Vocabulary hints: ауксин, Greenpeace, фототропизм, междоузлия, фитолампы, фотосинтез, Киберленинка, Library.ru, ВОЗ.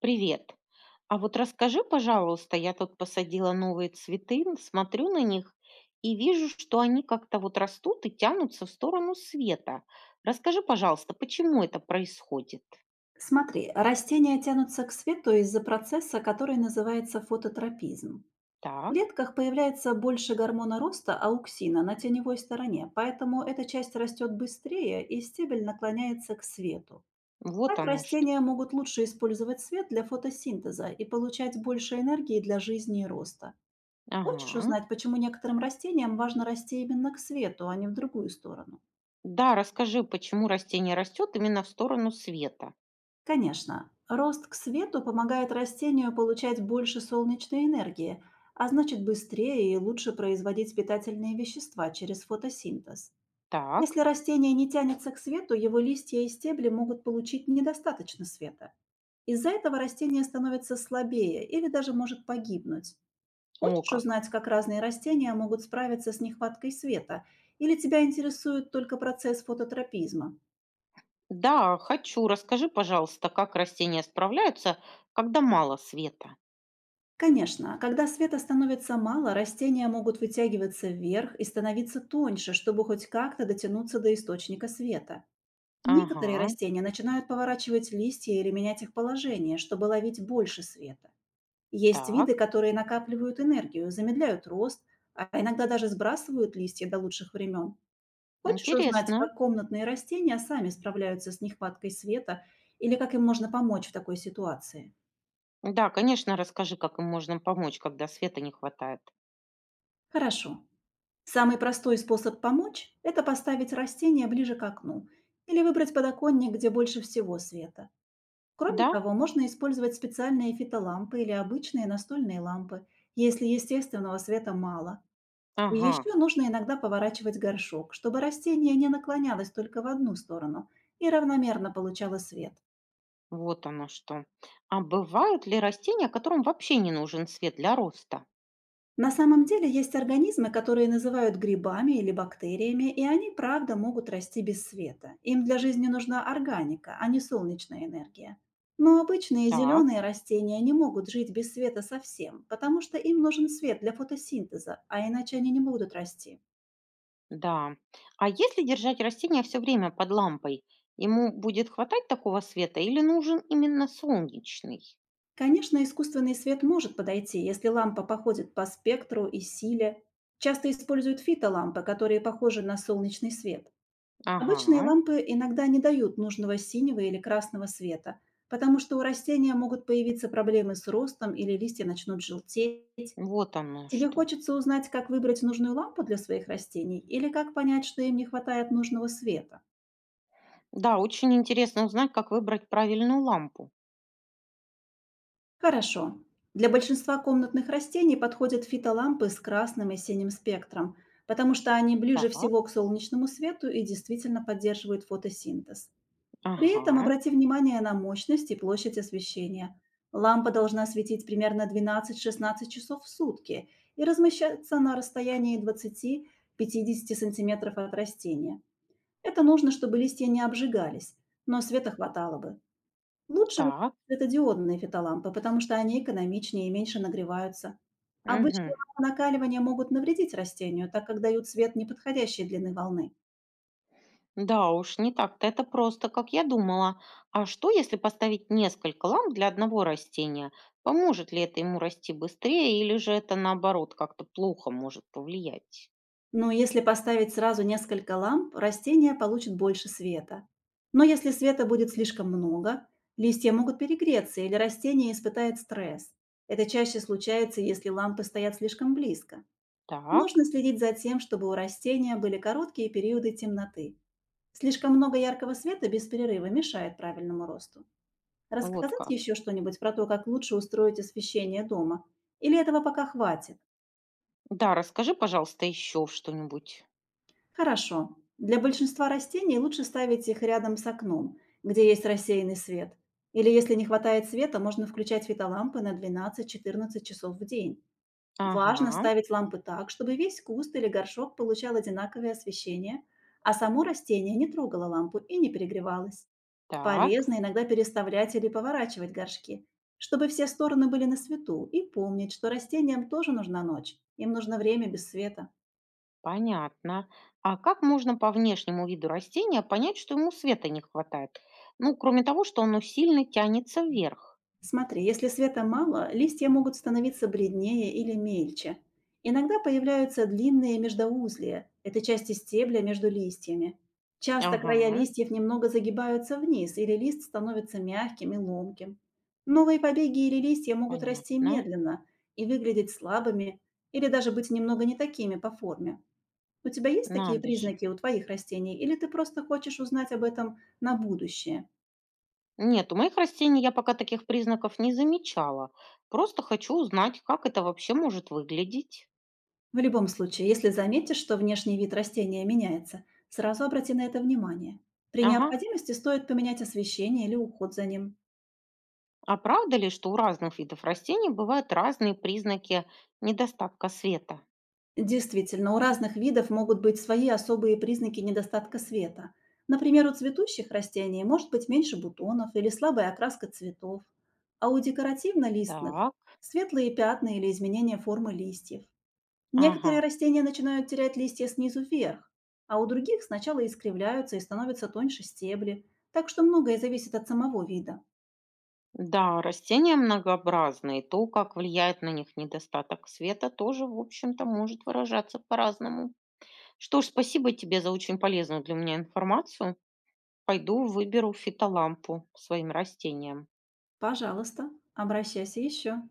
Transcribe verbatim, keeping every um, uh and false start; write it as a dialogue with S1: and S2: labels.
S1: Привет. А вот расскажи, пожалуйста, я тут посадила новые цветы, н- смотрю на них и вижу, что они как-то вот растут и тянутся в сторону света. Расскажи, пожалуйста, почему это происходит?
S2: Смотри, растения тянутся к свету из-за процесса, который называется фототропизм. В
S1: Так,
S2: клетках появляется больше гормона роста ауксина на теневой стороне, поэтому эта часть растет быстрее и стебель наклоняется к свету.
S1: вот
S2: Так
S1: оно что.
S2: растения могут лучше использовать свет для фотосинтеза и получать больше энергии для жизни и роста. Хочешь
S1: Ага.
S2: узнать, почему некоторым растениям важно расти именно к свету, а не в другую сторону?
S1: Да, расскажи, почему растение растет именно в сторону света.
S2: Конечно, рост к свету помогает растению получать больше солнечной энергии, а значит быстрее и лучше производить питательные вещества через фотосинтез. Если
S1: Так,
S2: растение не тянется к свету, его листья и стебли могут получить недостаточно света. Из-за этого растение становится слабее или даже может погибнуть.
S1: о
S2: Хочешь
S1: как.
S2: узнать, как разные растения могут справиться с нехваткой света? Или тебя интересует только процесс фототропизма?
S1: Да, хочу. Расскажи, пожалуйста, как растения справляются, когда мало света.
S2: Конечно, а когда света становится мало, растения могут вытягиваться вверх и становиться тоньше, чтобы хоть как-то дотянуться до источника света. Некоторые
S1: Ага,
S2: растения начинают поворачивать листья или менять их положение, чтобы ловить больше света. Есть виды,
S1: так,
S2: которые накапливают энергию, замедляют рост, а иногда даже сбрасывают листья до лучших времен. Хочешь узнать,
S1: интересно.
S2: как комнатные растения сами справляются с нехваткой света или как им можно помочь в такой ситуации?
S1: Да, конечно, расскажи, как им можно помочь, когда света не хватает.
S2: Хорошо. Самый простой способ помочь– это поставить растение ближе к окну или выбрать подоконник, где больше всего света. Кроме
S1: Да?
S2: того, можно использовать специальные фитолампы или обычные настольные лампы, если естественного света мало. И
S1: Ага,
S2: еще нужно иногда поворачивать горшок, чтобы растение не наклонялось только в одну сторону и равномерно получало свет.
S1: вот оно что. А бывают ли растения, которым вообще не нужен свет для роста?
S2: На самом деле есть организмы, которые называют грибами или бактериями, и они, правда, могут расти без света. Им для жизни нужна органика, а не солнечная энергия. Но обычные
S1: Так,
S2: зеленые растения не могут жить без света совсем, потому что им нужен свет для фотосинтеза, а иначе они не будут расти.
S1: да. А если держать растение все время под лампой, ему будет хватать такого света или нужен именно солнечный?
S2: Конечно, искусственный свет может подойти, если лампа походит по спектру и силе. Часто используют фитолампы, которые похожи на солнечный свет. Обычные
S1: Ага,
S2: лампы иногда не дают нужного синего или красного света, потому что у растения могут появиться проблемы с ростом или листья начнут желтеть.
S1: вот оно
S2: Тебе
S1: что.
S2: хочется узнать, как выбрать нужную лампу для своих растений или как понять, что им не хватает нужного света?
S1: Да, очень интересно узнать, как выбрать правильную лампу.
S2: Хорошо. Для большинства комнатных растений подходят фитолампы с красным и синим спектром, потому что они ближе
S1: Так,
S2: всего к солнечному свету и действительно поддерживают фотосинтез. При этом
S1: ага,
S2: обрати внимание на мощность и площадь освещения. Лампа должна светить примерно 12-16 часов в сутки и размещаться на расстоянии 20-50 сантиметров от растения. Это нужно, чтобы листья не обжигались, но света хватало бы. Лучше выбирать
S1: так,
S2: светодиодные фитолампы, потому что они экономичнее и меньше нагреваются.
S1: угу.
S2: Обычные лампы накаливания могут навредить растению, так как дают свет неподходящей длины волны.
S1: Да уж, не так-то это просто, как я думала. А что, если поставить несколько ламп для одного растения? Поможет ли это ему расти быстрее, или же это наоборот как-то плохо может повлиять?
S2: Но если поставить сразу несколько ламп, растения получат больше света. Но если света будет слишком много, листья могут перегреться или растение испытает стресс. Это чаще случается, если лампы стоят слишком близко.
S1: Так,
S2: Нужно следить за тем, чтобы у растения были короткие периоды темноты. Слишком много яркого света без перерыва мешает правильному росту.
S1: вот
S2: Рассказать
S1: как.
S2: еще что-нибудь про то, как лучше устроить освещение дома? Или этого пока хватит?
S1: Да, расскажи, пожалуйста, еще что-нибудь.
S2: Хорошо. Для большинства растений лучше ставить их рядом с окном, где есть рассеянный свет. Или если не хватает света, можно включать фитолампы на 12-14 часов в день. Важно
S1: Ага,
S2: ставить лампы так, чтобы весь куст или горшок получал одинаковое освещение, а само растение не трогало лампу и не перегревалось.
S1: так,
S2: Полезно иногда переставлять или поворачивать горшки, чтобы все стороны были на свету, и помнить, что растениям тоже нужна ночь, им нужно время без света.
S1: понятно. А как можно по внешнему виду растения понять, что ему света не хватает? Ну, кроме того, что оно сильно тянется вверх.
S2: Смотри, если света мало, листья могут становиться бледнее или мельче. Иногда появляются длинные междоузлия– это части стебля между листьями. Часто края
S1: Ага,
S2: листьев немного загибаются вниз, или лист становится мягким и ломким. Новые побеги или листья могут расти
S1: понятно.
S2: медленно и выглядеть слабыми, или даже быть немного не такими по форме. У тебя есть такие
S1: Надо же.
S2: признаки у твоих растений, или ты просто хочешь узнать об этом на будущее?
S1: Нет, у моих растений я пока таких признаков не замечала. Просто хочу узнать, как это вообще может выглядеть.
S2: В любом случае, если заметишь, что внешний вид растения меняется, сразу обрати на это внимание. При
S1: Ага.
S2: необходимости стоит поменять освещение или уход за ним.
S1: А правда ли, что у разных видов растений бывают разные признаки недостатка света?
S2: Действительно, у разных видов могут быть свои особые признаки недостатка света. Например, у цветущих растений может быть меньше бутонов или слабая окраска цветов, а у декоративно-листных–
S1: Так,
S2: светлые пятна или изменение формы листьев.
S1: ага.
S2: Некоторые растения начинают терять листья снизу вверх, а у других сначала искривляются и становятся тоньше стебли, так что многое зависит от самого вида.
S1: Да, растения многообразные. То, как влияет на них недостаток света, тоже, в общем-то, может выражаться по-разному. Что ж, спасибо тебе за очень полезную для меня информацию. Пойду выберу фитолампу своим растениям.
S2: Пожалуйста, обращайся еще.